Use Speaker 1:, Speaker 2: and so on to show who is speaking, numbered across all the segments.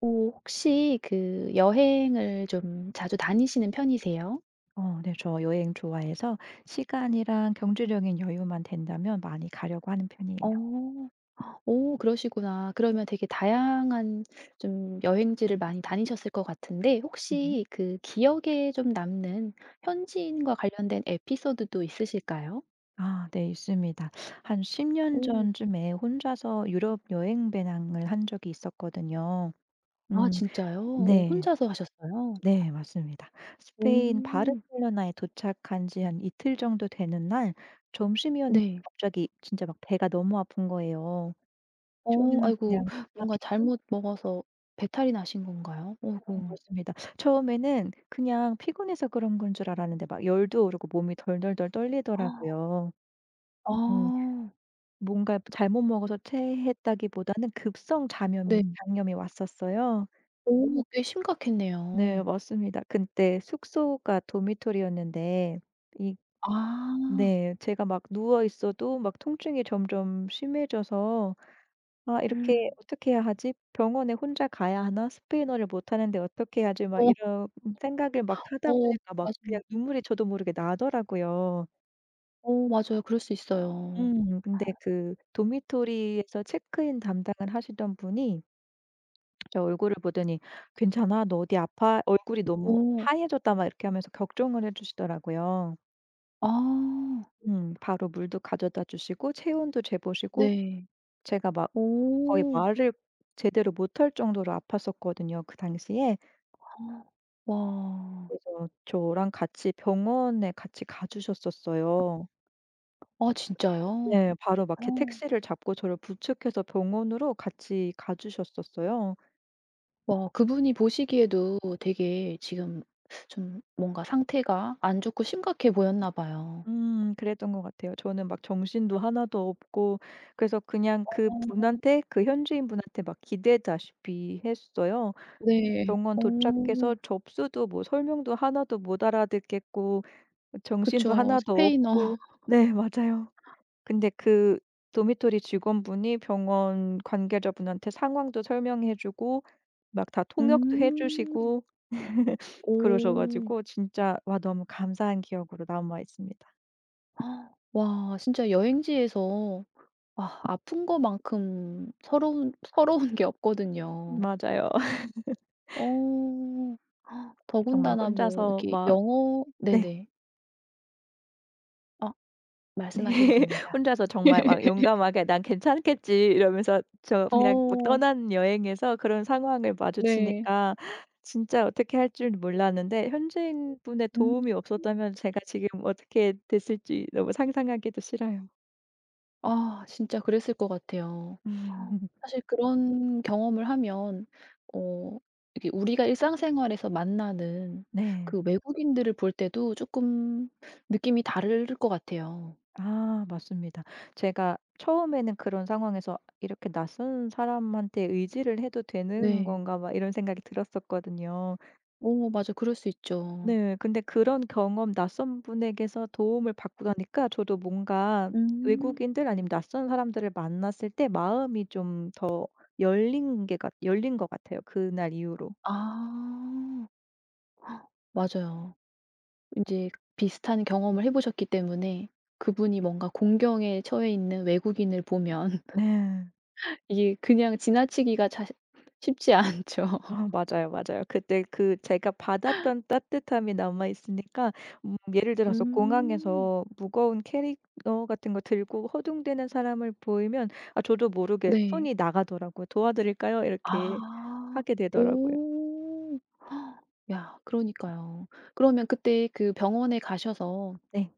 Speaker 1: 오 혹시 그 여행을 좀 자주 다니시는 편이세요?
Speaker 2: 어 네. 저 여행 좋아해서 시간이랑 경제적인 여유만 된다면 많이 가려고 하는 편이에요.
Speaker 1: 어. 오 그러시구나. 그러면 되게 다양한 좀 여행지를 많이 다니셨을 것 같은데
Speaker 2: 음.
Speaker 1: 혹시 그 기억에 좀 남는 현지인과 관련된 에피소드도 있으실까요?
Speaker 2: 아 네 있습니다. 한 10년
Speaker 1: 오.
Speaker 2: 전쯤에 혼자서 유럽 여행 배낭을 한 적이 있었거든요.
Speaker 1: 아
Speaker 2: 음
Speaker 1: 진짜요? 오
Speaker 2: 네.
Speaker 1: 혼자서 하셨어요?
Speaker 2: 네 맞습니다. 스페인
Speaker 1: 오.
Speaker 2: 바르셀로나에 도착한 지 한 이틀 정도 되는 날 점심이었는데
Speaker 1: 네.
Speaker 2: 갑자기 진짜 막 배가 너무 아픈 거예요.
Speaker 1: 어
Speaker 2: 처음에는
Speaker 1: 아이고
Speaker 2: 그냥 '아
Speaker 1: 뭔가
Speaker 2: 피곤
Speaker 1: 잘못 먹어서 배탈이 나신 건가요?
Speaker 2: 어
Speaker 1: 아이고.
Speaker 2: 맞습니다. 처음에는 그냥 피곤해서 그런 건 줄 알았는데 막 열도 오르고 몸이 덜덜덜
Speaker 1: 아.
Speaker 2: 떨리더라고요. 음 뭔가 잘못 먹어서 체했다기보다는 급성
Speaker 1: 네.
Speaker 2: 잠염이 장염이 왔었어요.
Speaker 1: 오 꽤
Speaker 2: 네
Speaker 1: 심각했네요.
Speaker 2: 맞습니다. 근데 숙소가 도미토리였는데 이
Speaker 1: 아.
Speaker 2: 네 제가 막 누워 있어도 막 통증이 점점 심해져서 '아 이렇게 어떻게 해야 하지? 병원에 혼자 가야 하나? 스페인어를 못하는데 어떻게 해야지?' 막
Speaker 1: 어
Speaker 2: 이런 생각을 막 하다
Speaker 1: 어
Speaker 2: 보니까 막 그냥
Speaker 1: 맞아요.
Speaker 2: 눈물이 저도 모르게 나더라고요.
Speaker 1: 어 맞아요. 그럴 수 있어요.
Speaker 2: 근데 그 도미토리에서 체크인 담당을 하시던 분이 제 얼굴을 보더니 "괜찮아? 너 어디 아파? 얼굴이 너무
Speaker 1: 어.
Speaker 2: 하얘졌다" 막 이렇게 하면서 격정을 해 주시더라고요.
Speaker 1: 아.
Speaker 2: 바로 물도 가져다 주시고 체온도 재보시고
Speaker 1: 네.
Speaker 2: 제가 막 거의
Speaker 1: 오.
Speaker 2: 말을 제대로 못할 정도로 아팠었거든요, 그 당시에.
Speaker 1: 와.
Speaker 2: 그래서 저랑 같이 병원에 같이 가 주셨었어요.
Speaker 1: 아 진짜요?
Speaker 2: 네. 바로 막 이렇게
Speaker 1: 어.
Speaker 2: 택시를 잡고 저를 부축해서 병원으로 같이 가 주셨었어요.
Speaker 1: 와 그분이 보시기에도 되게 지금 좀 뭔가 상태가 안 좋고 심각해 보였나 봐요.
Speaker 2: 그랬던 것 같아요. 저는 막 정신도 하나도 없고 그래서 그냥
Speaker 1: 어
Speaker 2: 그분한테 그 현지인분한테 막 기대다시피 했어요.
Speaker 1: 네.
Speaker 2: 병원
Speaker 1: 어
Speaker 2: 도착해서 접수도 뭐 설명도 하나도 못 알아듣겠고 정신도
Speaker 1: 그쵸.
Speaker 2: 하나도
Speaker 1: 스페인어.
Speaker 2: 없고 네 맞아요. 근데 그 도미토리 직원분이 병원 관계자분한테 상황도 설명해 주고 막 다 통역도 해
Speaker 1: 음.
Speaker 2: 주시고 그러셔
Speaker 1: 오.
Speaker 2: 가지고 진짜 와 너무 감사한 기억으로 남아 있습니다.
Speaker 1: 아, 와 진짜 여행지에서 아 아픈 거만큼 서러운 서러운 게 없거든요.
Speaker 2: 맞아요.
Speaker 1: 어. 아,
Speaker 2: 정말
Speaker 1: 더군다나 뭐
Speaker 2: 혼자서
Speaker 1: 이렇게
Speaker 2: 막
Speaker 1: 영어
Speaker 2: 네.
Speaker 1: 네네. 아
Speaker 2: 네.
Speaker 1: 말씀하셔도 됩니다.
Speaker 2: 혼자서 정말 막 용감하게 '난 괜찮겠지.' 이러면서 저 그냥 막
Speaker 1: 어
Speaker 2: 떠난 여행에서 그런 상황을
Speaker 1: 네.
Speaker 2: 마주치니까 진짜 어떻게 할 줄 몰랐는데 현지인분의
Speaker 1: 음.
Speaker 2: 도움이 없었다면 제가 지금 어떻게 됐을지 너무 상상하기도 싫어요.
Speaker 1: 아 진짜 그랬을 것 같아요. 사실 그런 경험을 하면 어 이게 우리가 일상생활에서 만나는
Speaker 2: 네.
Speaker 1: 그 외국인들을 볼 때도 조금 느낌이 다를 것 같아요.
Speaker 2: 아 맞습니다. 제가 처음에는 그런 상황에서 '이렇게 낯선 사람한테 의지를 해도 되는
Speaker 1: 네.
Speaker 2: 건가?' 막 이런 생각이 들었었거든요.
Speaker 1: 오, 맞아. 그럴 수 있죠.
Speaker 2: 네. 근데 그런 경험 낯선 분에게서 도움을 받고 나니까 저도 뭔가
Speaker 1: 음.
Speaker 2: 외국인들 아니면 낯선 사람들을 만났을 때 마음이 좀 더 열린 게 같 열린 것 같아요 그날 이후로.
Speaker 1: 아. 맞아요. 인제 비슷한 경험을 해 보셨기 때문에 그분이 뭔가 공경에 처해 있는 외국인을 보면
Speaker 2: 네.
Speaker 1: 이게 그냥 지나치기가 자시 쉽지 않죠.
Speaker 2: 아 맞아요, 맞아요. 그때 그 제가 받았던 따뜻함이 남아 있으니까 예를 들어서
Speaker 1: 음.
Speaker 2: 공항에서 무거운 캐리어 같은 거 들고 허둥대는 사람을 보이면 아 저도 모르게
Speaker 1: 네.
Speaker 2: 손이 나가더라고요. "도와드릴까요?" 이렇게
Speaker 1: 아.
Speaker 2: 하게 되더라고요.
Speaker 1: 오. 야 그러니까요. 그러면 그때 그 병원에 가셔서
Speaker 2: 네.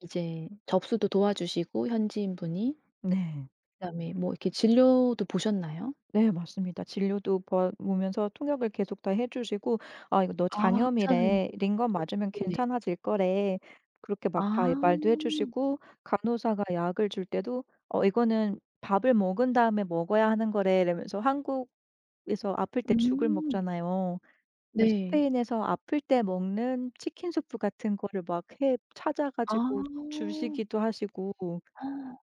Speaker 1: 이제 접수도 도와주시고 현지인분이
Speaker 2: 네.
Speaker 1: 그다음에 뭐 이렇게 진료도 보셨나요?
Speaker 2: 네 맞습니다. 진료도 보면서 통역을 계속 다 해 주시고 "아 이거 너
Speaker 1: 아 의사
Speaker 2: 장염이래. 링건
Speaker 1: 선생님이라고도?
Speaker 2: 맞으면
Speaker 1: 네네.
Speaker 2: 괜찮아질 거래." 그렇게 막 다
Speaker 1: 아.
Speaker 2: 말도 해 주시고 간호사가 약을 줄 때도 "어 이거는 밥을 먹은 다음에 먹어야 하는 거래." 이러면서 한국에서 아플 때 죽을
Speaker 1: 음.
Speaker 2: 먹잖아요. 그래서
Speaker 1: 네.
Speaker 2: 스페인에서 아플 때 먹는 치킨 수프 같은 거를 막 해 찾아
Speaker 1: 아.
Speaker 2: 가지고 주시기도 하시고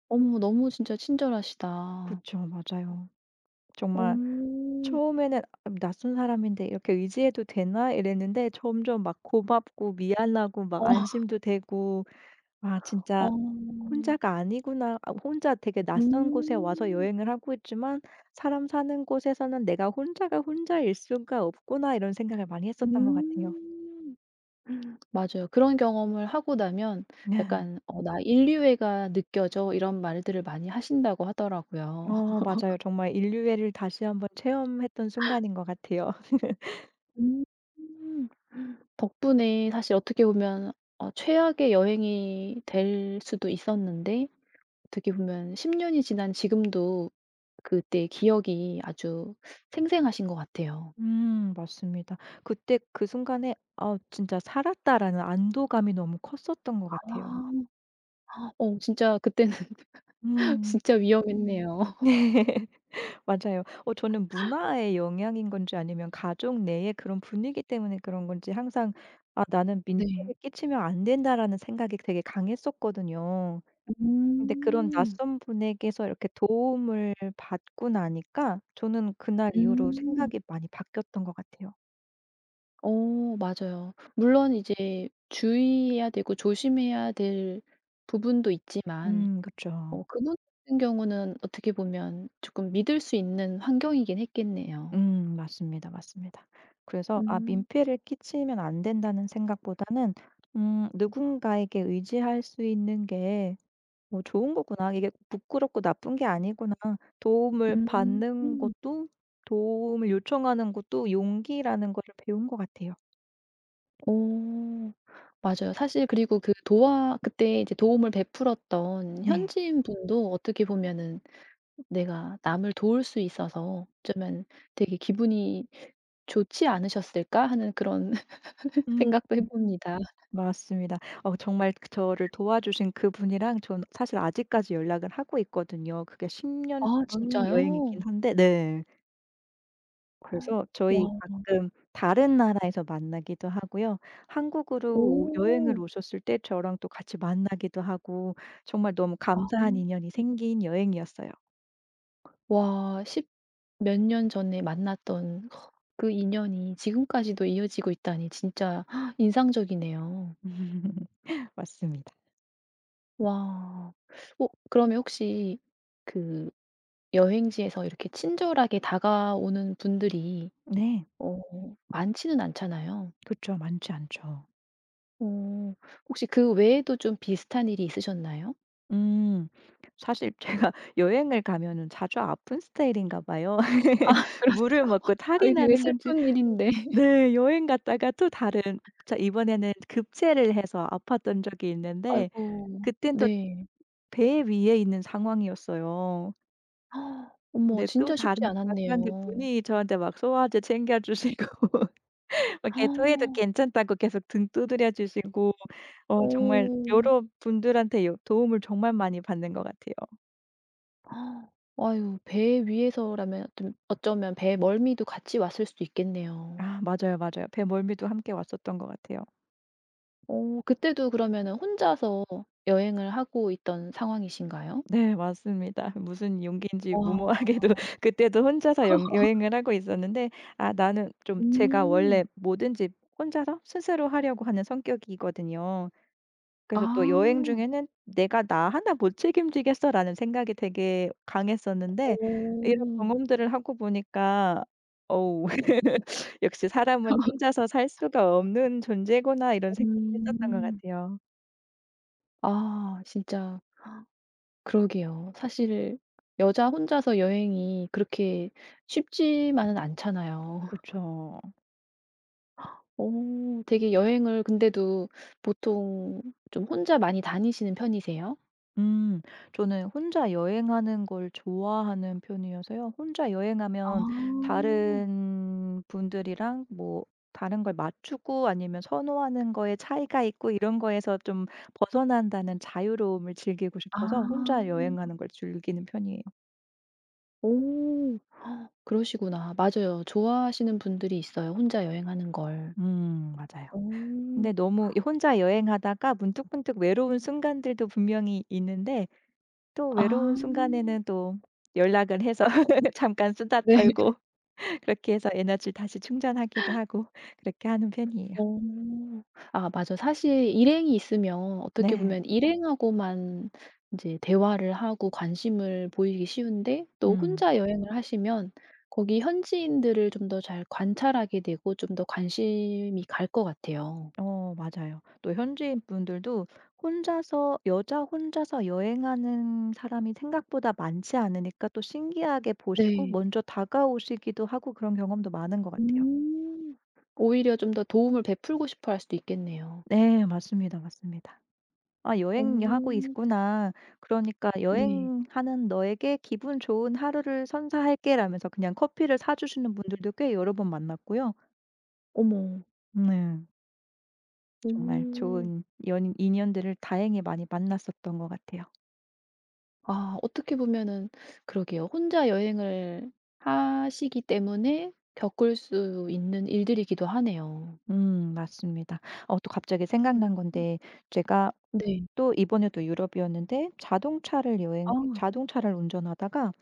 Speaker 1: 어머 너무 진짜 친절하시다.
Speaker 2: 그쵸. 맞아요. 정말
Speaker 1: 어.
Speaker 2: 처음에는 '아 낯선 사람인데 이렇게 의지해도 되나?' 이랬는데 점점 막 고맙고 미안하고
Speaker 1: 어.
Speaker 2: 막 안심도 되고 '아 진짜
Speaker 1: 어.
Speaker 2: 혼자가 아니구나.' 아 혼자 되게 낯선 곳에 와서
Speaker 1: 음.
Speaker 2: 여행을 하고 있지만 '사람 사는 곳에서는 내가 혼자가 혼자일 수가 없구나.' 이런 생각을 많이 했었던 것 같아요.
Speaker 1: 음. 맞아요. 그런 경험을 하고 나면
Speaker 2: 네.
Speaker 1: 약간 어 '나 인류애가 느껴져.' 이런 말들을 많이 하신다고 하더라고요.
Speaker 2: 어 맞아요. 정말 인류애를 다시 한번 체험했던 순간인 것 같아요.
Speaker 1: 음. 덕분에 사실 어떻게 보면 어 최악의 여행이 될 수도 있었는데 어떻게 보면 10년 년이 지난 지금도 그때의 기억이 아주 생생하신 것 같아요.
Speaker 2: 맞습니다. 그때 그 순간에 '아 진짜 살았다.'라는 안도감이 너무 컸었던 것 같아요.
Speaker 1: 아. 어 진짜 그때는
Speaker 2: 음.
Speaker 1: 진짜 위험했네요.
Speaker 2: 네. 맞아요. 어 저는 문화의 영향인 건지 아니면 가족 내의 그런 분위기 때문에 그런 건지 항상 '아 나는
Speaker 1: 네.
Speaker 2: 민폐를 끼치면 안 된다.'라는 생각이 되게 강했었거든요. 근데 그런
Speaker 1: 음.
Speaker 2: 낯선 분에게서 이렇게 도움을 받고 나니까 저는 그날 이후로
Speaker 1: 음.
Speaker 2: 생각이 많이 바뀌었던 것 같아요.
Speaker 1: 어 맞아요. 물론 이제 주의해야 되고 조심해야 될 부분도 있지만
Speaker 2: 그죠
Speaker 1: 어 그분 같은 경우는 어떻게 보면 조금 믿을 수 있는 환경이긴 했겠네요.
Speaker 2: 맞습니다, 맞습니다. 그래서 아
Speaker 1: 음.
Speaker 2: 민폐를 끼치면 안 된다는 생각보다는 '누군가에게 의지할 수 있는 게 뭐 좋은 거구나. 이게 부끄럽고 나쁜 게 아니구나. 도움을
Speaker 1: 음.
Speaker 2: 받는
Speaker 1: 음.
Speaker 2: 것도 도움을 요청하는 것도 용기라는 걸 배운 것 같아요.'
Speaker 1: 오, 맞아요. 사실 그리고 그 도와 그때 이제 도움을 베풀었던
Speaker 2: 네.
Speaker 1: 현지인 분도 어떻게 보면은 내가 남을 도울 수 있어서 어쩌면 되게 기분이 좋지 않으셨을까 하는 그런
Speaker 2: 음
Speaker 1: 생각도 해 봅니다.
Speaker 2: 맞습니다. 어 정말 그 저를 도와주신 그분이랑 저는 사실 아직까지 연락을 하고 있거든요. 그게 10
Speaker 1: 아
Speaker 2: 년 전
Speaker 1: 진짜요?
Speaker 2: 여행이긴 한데 네. 그래서 저희
Speaker 1: 와.
Speaker 2: 가끔 다른 나라에서 만나기도 하고요. 한국으로 오 여행을
Speaker 1: 오.
Speaker 2: 오셨을 때 저랑 또 같이 만나기도 하고 정말 너무
Speaker 1: 아,
Speaker 2: 감사한 인연이 생긴 여행이었어요.
Speaker 1: 와. 십 몇 년 전에 만났던 그 인연이 지금까지도 이어지고 있다니 진짜 인상적이네요.
Speaker 2: 맞습니다.
Speaker 1: 와. 어 그러면 혹시 그 여행지에서 이렇게 친절하게 다가오는 분들이
Speaker 2: 네.
Speaker 1: 어 많지는 않잖아요.
Speaker 2: 그죠 많지 않죠.
Speaker 1: 어 혹시 그 외에도 좀 비슷한 일이 있으셨나요?
Speaker 2: 음. 사실 제가 여행을 가면은 자주 아픈 스타일인가 봐요.
Speaker 1: 그래
Speaker 2: 물을 먹고 탈이
Speaker 1: 아이 되게
Speaker 2: 나는 건지
Speaker 1: 슬픈 일인데.
Speaker 2: 네 여행 갔다가 또 다른 자 이번에는 급제를 해서 아팠던 적이 있는데
Speaker 1: 아이고.
Speaker 2: 그땐 또
Speaker 1: 네.
Speaker 2: 배 위에 있는 상황이었어요.
Speaker 1: 어머
Speaker 2: 근데 또
Speaker 1: 진짜 쉽지
Speaker 2: 다른
Speaker 1: 않았네요.
Speaker 2: 관광객분이 저한테 막 소화제 챙겨 주시고 막 이렇게 토해도 괜찮다고 계속 등 두드려 주시고 어 정말
Speaker 1: 어.
Speaker 2: 여러 분들한테 도움을 정말 많이 받는 것 같아요.
Speaker 1: 아, 아유 배 위에서라면 좀 어쩌면 배 멀미도 같이 왔을 수도 있겠네요.
Speaker 2: 아 맞아요, 맞아요. 배멀미도 함께 왔었던 것 같아요.
Speaker 1: 어 그때도 그러면은 혼자서 여행을 하고 있던 상황이신가요?
Speaker 2: 네 맞습니다. 무슨 용기인지
Speaker 1: 와.
Speaker 2: 무모하게도 그때도 혼자서 영 여행을 하고 있었는데 아 나는 좀 제가 원래
Speaker 1: 음.
Speaker 2: 뭐든지 혼자서 스스로 하려고 하는 성격이거든요. 그래서 또 여행
Speaker 1: 아.
Speaker 2: 중에는 '내가 나 하나 못 책임지겠어.'라는 생각이 되게 강했었는데 이런
Speaker 1: 오
Speaker 2: 경험들을 하고 보니까 어우 역시 '사람은 혼자서 살 수가 없는 존재구나.' 이런 생각을 했었던 것
Speaker 1: 음.
Speaker 2: 같아요.
Speaker 1: 아 진짜 그러게요. 사실 여자 혼자서 여행이 그렇게 쉽지만은 않잖아요.
Speaker 2: 그쵸.
Speaker 1: 오 되게 여행을 근데도 보통 좀 혼자 많이 다니시는 편이세요?
Speaker 2: 음. 저는 혼자 여행하는 걸 좋아하는 편이어서요. 혼자
Speaker 1: 아.
Speaker 2: 여행하면 다른 분들이랑 뭐 다른 걸 맞추고 아니면 선호하는 거에 차이가 있고 이런 거에서 좀 벗어난다는 자유로움을 즐기고
Speaker 1: 아.
Speaker 2: 싶어서 혼자 여행하는 걸 즐기는 편이에요.
Speaker 1: 오. 그러시구나. 맞아요. 좋아하시는 분들이 있어요, 혼자 여행하는 걸.
Speaker 2: 맞아요. 근데
Speaker 1: 오.
Speaker 2: 너무 이 혼자 여행하다가 문득문득 외로운 순간들도 분명히 있는데 또 외로운
Speaker 1: 아.
Speaker 2: 순간에는 또 연락을 해서 잠깐 수다
Speaker 1: 네.
Speaker 2: 떨고 그렇게 해서 에너지를 다시 충전하기도 하고 그렇게 하는 편이에요.
Speaker 1: 어. 아 맞아. 사실 일행이 있으면 어떻게
Speaker 2: 네.
Speaker 1: 보면 일행하고만 인제 대화를 하고 관심을 보이기 쉬운데 또
Speaker 2: 음.
Speaker 1: 혼자 여행을 하시면 거기 현지인들을 좀 더 잘 관찰하게 되고 좀 더 관심이 갈 것 같아요.
Speaker 2: 어 맞아요. 또 현지인 분들도 혼자서 여자 혼자서 여행하는 사람이 생각보다 많지 않으니까 또 신기하게 보시고
Speaker 1: 네.
Speaker 2: 먼저 다가오시기도 하고 그런 경험도 많은 것 같아요.
Speaker 1: 음. 오히려 좀 더 도움을 베풀고 싶어 할 수도 있겠네요.
Speaker 2: 네. 맞습니다, 맞습니다. '아 여행 하고
Speaker 1: 어.
Speaker 2: 있구나. 그러니까
Speaker 1: 네.
Speaker 2: 여행하는 너에게 기분 좋은 하루를 선사할게.'라면서 그냥 커피를 사 주시는 분들도 꽤 여러 번 만났고요.
Speaker 1: 어머.
Speaker 2: 네. 정말
Speaker 1: 음.
Speaker 2: 좋은 연 인연들을 다행히 많이 만났었던 것 같아요.
Speaker 1: 아 어떻게 보면은 그러게요. 혼자 여행을 하시기 때문에 겪을 수 있는 일들이기도 하네요.
Speaker 2: 맞습니다. 어 또 갑자기
Speaker 1: 음.
Speaker 2: 생각난 건데 제가
Speaker 1: 네.
Speaker 2: 또 이번에도 유럽이었는데
Speaker 1: 아
Speaker 2: 자동차를 운전하다가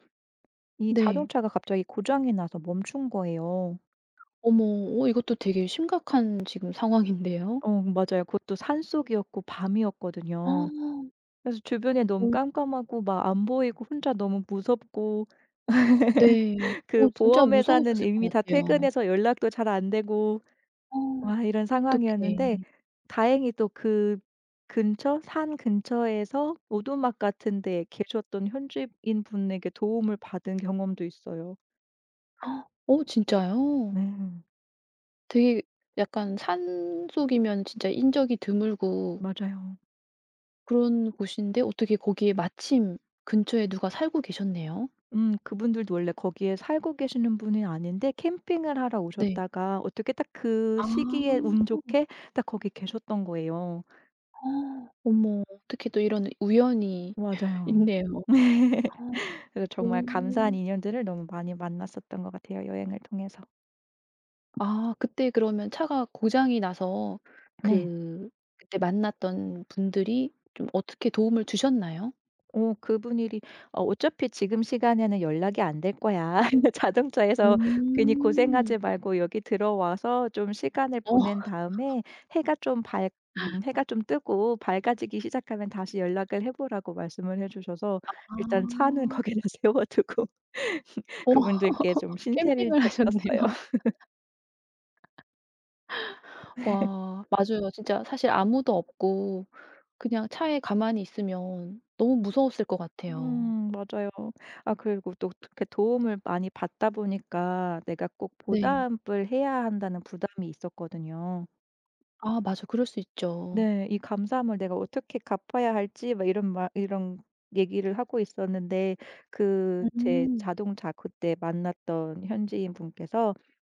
Speaker 2: 이
Speaker 1: 네.
Speaker 2: 자동차가 갑자기 고장이 나서 멈춘 거예요.
Speaker 1: 어머 어 이것도 되게 심각한 지금 상황인데요.
Speaker 2: 어 맞아요. 그것도 산속이었고 밤이었거든요.
Speaker 1: 아.
Speaker 2: 그래서 주변에 너무
Speaker 1: 어
Speaker 2: 깜깜하고 막 안 보이고 혼자 너무 무섭고
Speaker 1: 네.
Speaker 2: 그
Speaker 1: 어 진짜
Speaker 2: 보험회사는
Speaker 1: 무서우셨을
Speaker 2: 이미
Speaker 1: 것
Speaker 2: 다
Speaker 1: 같아요.
Speaker 2: 퇴근해서 연락도 잘 안 되고
Speaker 1: 어
Speaker 2: 와 이런
Speaker 1: 어떡해.
Speaker 2: 상황이었는데 다행히 또 그 근처 산 근처에서 오두막 같은 데에 계셨던 현지인 분에게 도움을 받은 경험도 있어요.
Speaker 1: 어 진짜요?
Speaker 2: 네.
Speaker 1: 되게 약간 산속이면 진짜 인적이 드물고
Speaker 2: 맞아요.
Speaker 1: 그런 곳인데 어떻게 거기에 마침 근처에 누가 살고 계셨네요.
Speaker 2: 그분들도 원래 거기에 살고 계시는 분이 아닌데 캠핑을 하러
Speaker 1: 네.
Speaker 2: 오셨다가 어떻게 딱 그 시기에
Speaker 1: 아.
Speaker 2: 운 좋게 딱 거기 계셨던 거예요.
Speaker 1: 어머 어떻게 또 이런 우연이
Speaker 2: 맞아요.
Speaker 1: 있네요.
Speaker 2: 그래서 정말 감사한
Speaker 1: 오.
Speaker 2: 인연들을 너무 많이 만났었던 것 같아요, 여행을 통해서.
Speaker 1: 아 그때 그러면 차가 고장이 나서
Speaker 2: 네.
Speaker 1: 그 그때 만났던 분들이 좀 어떻게 도움을 주셨나요?
Speaker 2: 어 그분 이 "어 어차피 지금 시간에는 연락이 안 될 거야. 자동차에서 괜히
Speaker 1: 음.
Speaker 2: 고생하지 말고 여기 들어와서 좀 시간을
Speaker 1: 어
Speaker 2: 보낸 다음에 해가 좀 밝 해가 좀 뜨고 밝아지기 시작하면 다시 연락을 해 보라."고 말씀을 해 주셔서 일단 차는
Speaker 1: 아.
Speaker 2: 거기다 세워 두고
Speaker 1: 어
Speaker 2: 그분들께 좀 신세를
Speaker 1: 캠핑을
Speaker 2: 졌었어요.
Speaker 1: 하셨네요. 와 맞아요. 진짜 사실 아무도 없고 그냥 차에 가만히 있으면 너무 무서웠을 것 같아요.
Speaker 2: 맞아요. 아 그리고 또 그렇게 도움을 많이 받다 보니까 내가 꼭
Speaker 1: 네.
Speaker 2: 보답을 해야 한다는 부담이 있었거든요.
Speaker 1: 아 맞아. 그럴 수 있죠.
Speaker 2: 네. 이 감사함을 내가 어떻게 갚아야 할지 막 이런 얘기를 하고 있었는데 그 제
Speaker 1: 음.
Speaker 2: 자동차 그때 만났던 현지인 분께서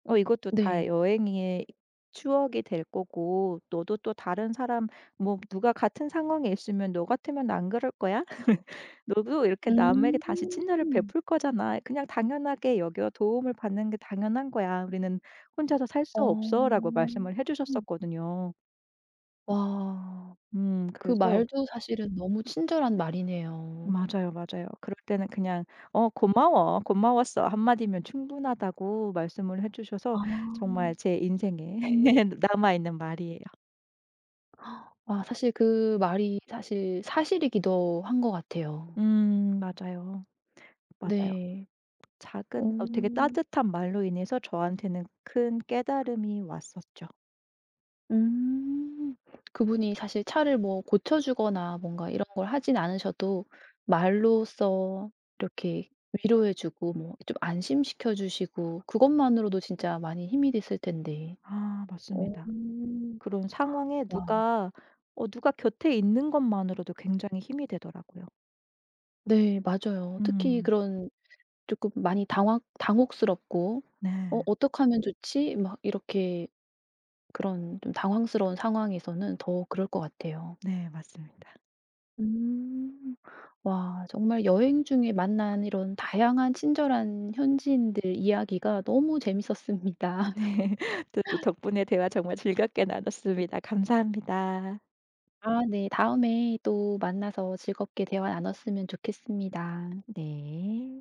Speaker 2: "어 이것도 다
Speaker 1: 네.
Speaker 2: 여행의 추억이 될 거고 너도 또 다른 사람 뭐 누가 같은 상황에 있으면 너 같으면 안 그럴 거야. 너도 이렇게 남에게
Speaker 1: 음.
Speaker 2: 다시 친절을 베풀 거잖아. 그냥 당연하게 여겨. 도움을 받는 게 당연한 거야. 우리는 혼자서 살 수
Speaker 1: 어.
Speaker 2: 없어."라고 말씀을 해 주셨었거든요.
Speaker 1: 와. 그
Speaker 2: 그래서
Speaker 1: 말도 사실은 너무 친절한 말이네요.
Speaker 2: 맞아요, 맞아요. 그럴 때는 그냥 "어 고마워. 고마웠어." 한마디면 충분하다고 말씀을 해 주셔서
Speaker 1: 아.
Speaker 2: 정말 제 인생에 남아 있는 말이에요.
Speaker 1: 아 사실 그 말이 사실 사실이기도 한 것 같아요.
Speaker 2: 맞아요. 맞아요.
Speaker 1: 네. 어.
Speaker 2: 작은 어 되게 따뜻한 말로 인해서 저한테는 큰 깨달음이 왔었죠.
Speaker 1: 음. 그분이 사실 차를 뭐 고쳐 주거나 뭔가 이런 걸 하진 않으셔도 말로써 이렇게 위로해 주고 뭐 좀 안심시켜 주시고 그것만으로도 진짜 많이 힘이 됐을 텐데.
Speaker 2: 아
Speaker 1: 어.
Speaker 2: 맞습니다. 그런 상황에
Speaker 1: 와
Speaker 2: 누가 어 누가 곁에 있는 것만으로도 굉장히 힘이 되더라고요.
Speaker 1: 네 맞아요. 특히
Speaker 2: 음.
Speaker 1: 그런 조금 많이 당황 당혹스럽고 '어
Speaker 2: 네.
Speaker 1: 어게하면 좋지?' 막 이렇게 그런 좀 당황스러운 상황에서는 더 그럴 것 같아요.
Speaker 2: 네 맞습니다.
Speaker 1: 음. 와 정말 여행 중에 만난 이런 다양한 친절한 현지인들 이야기가 너무
Speaker 2: 네.
Speaker 1: 재밌었습니다.
Speaker 2: 저도 덕분에 대화 정말 즐겁게 나눴습니다. 감사합니다.
Speaker 1: 아 네. 다음에 또 만나서 즐겁게 대화 나눴으면 좋겠습니다.
Speaker 2: 네.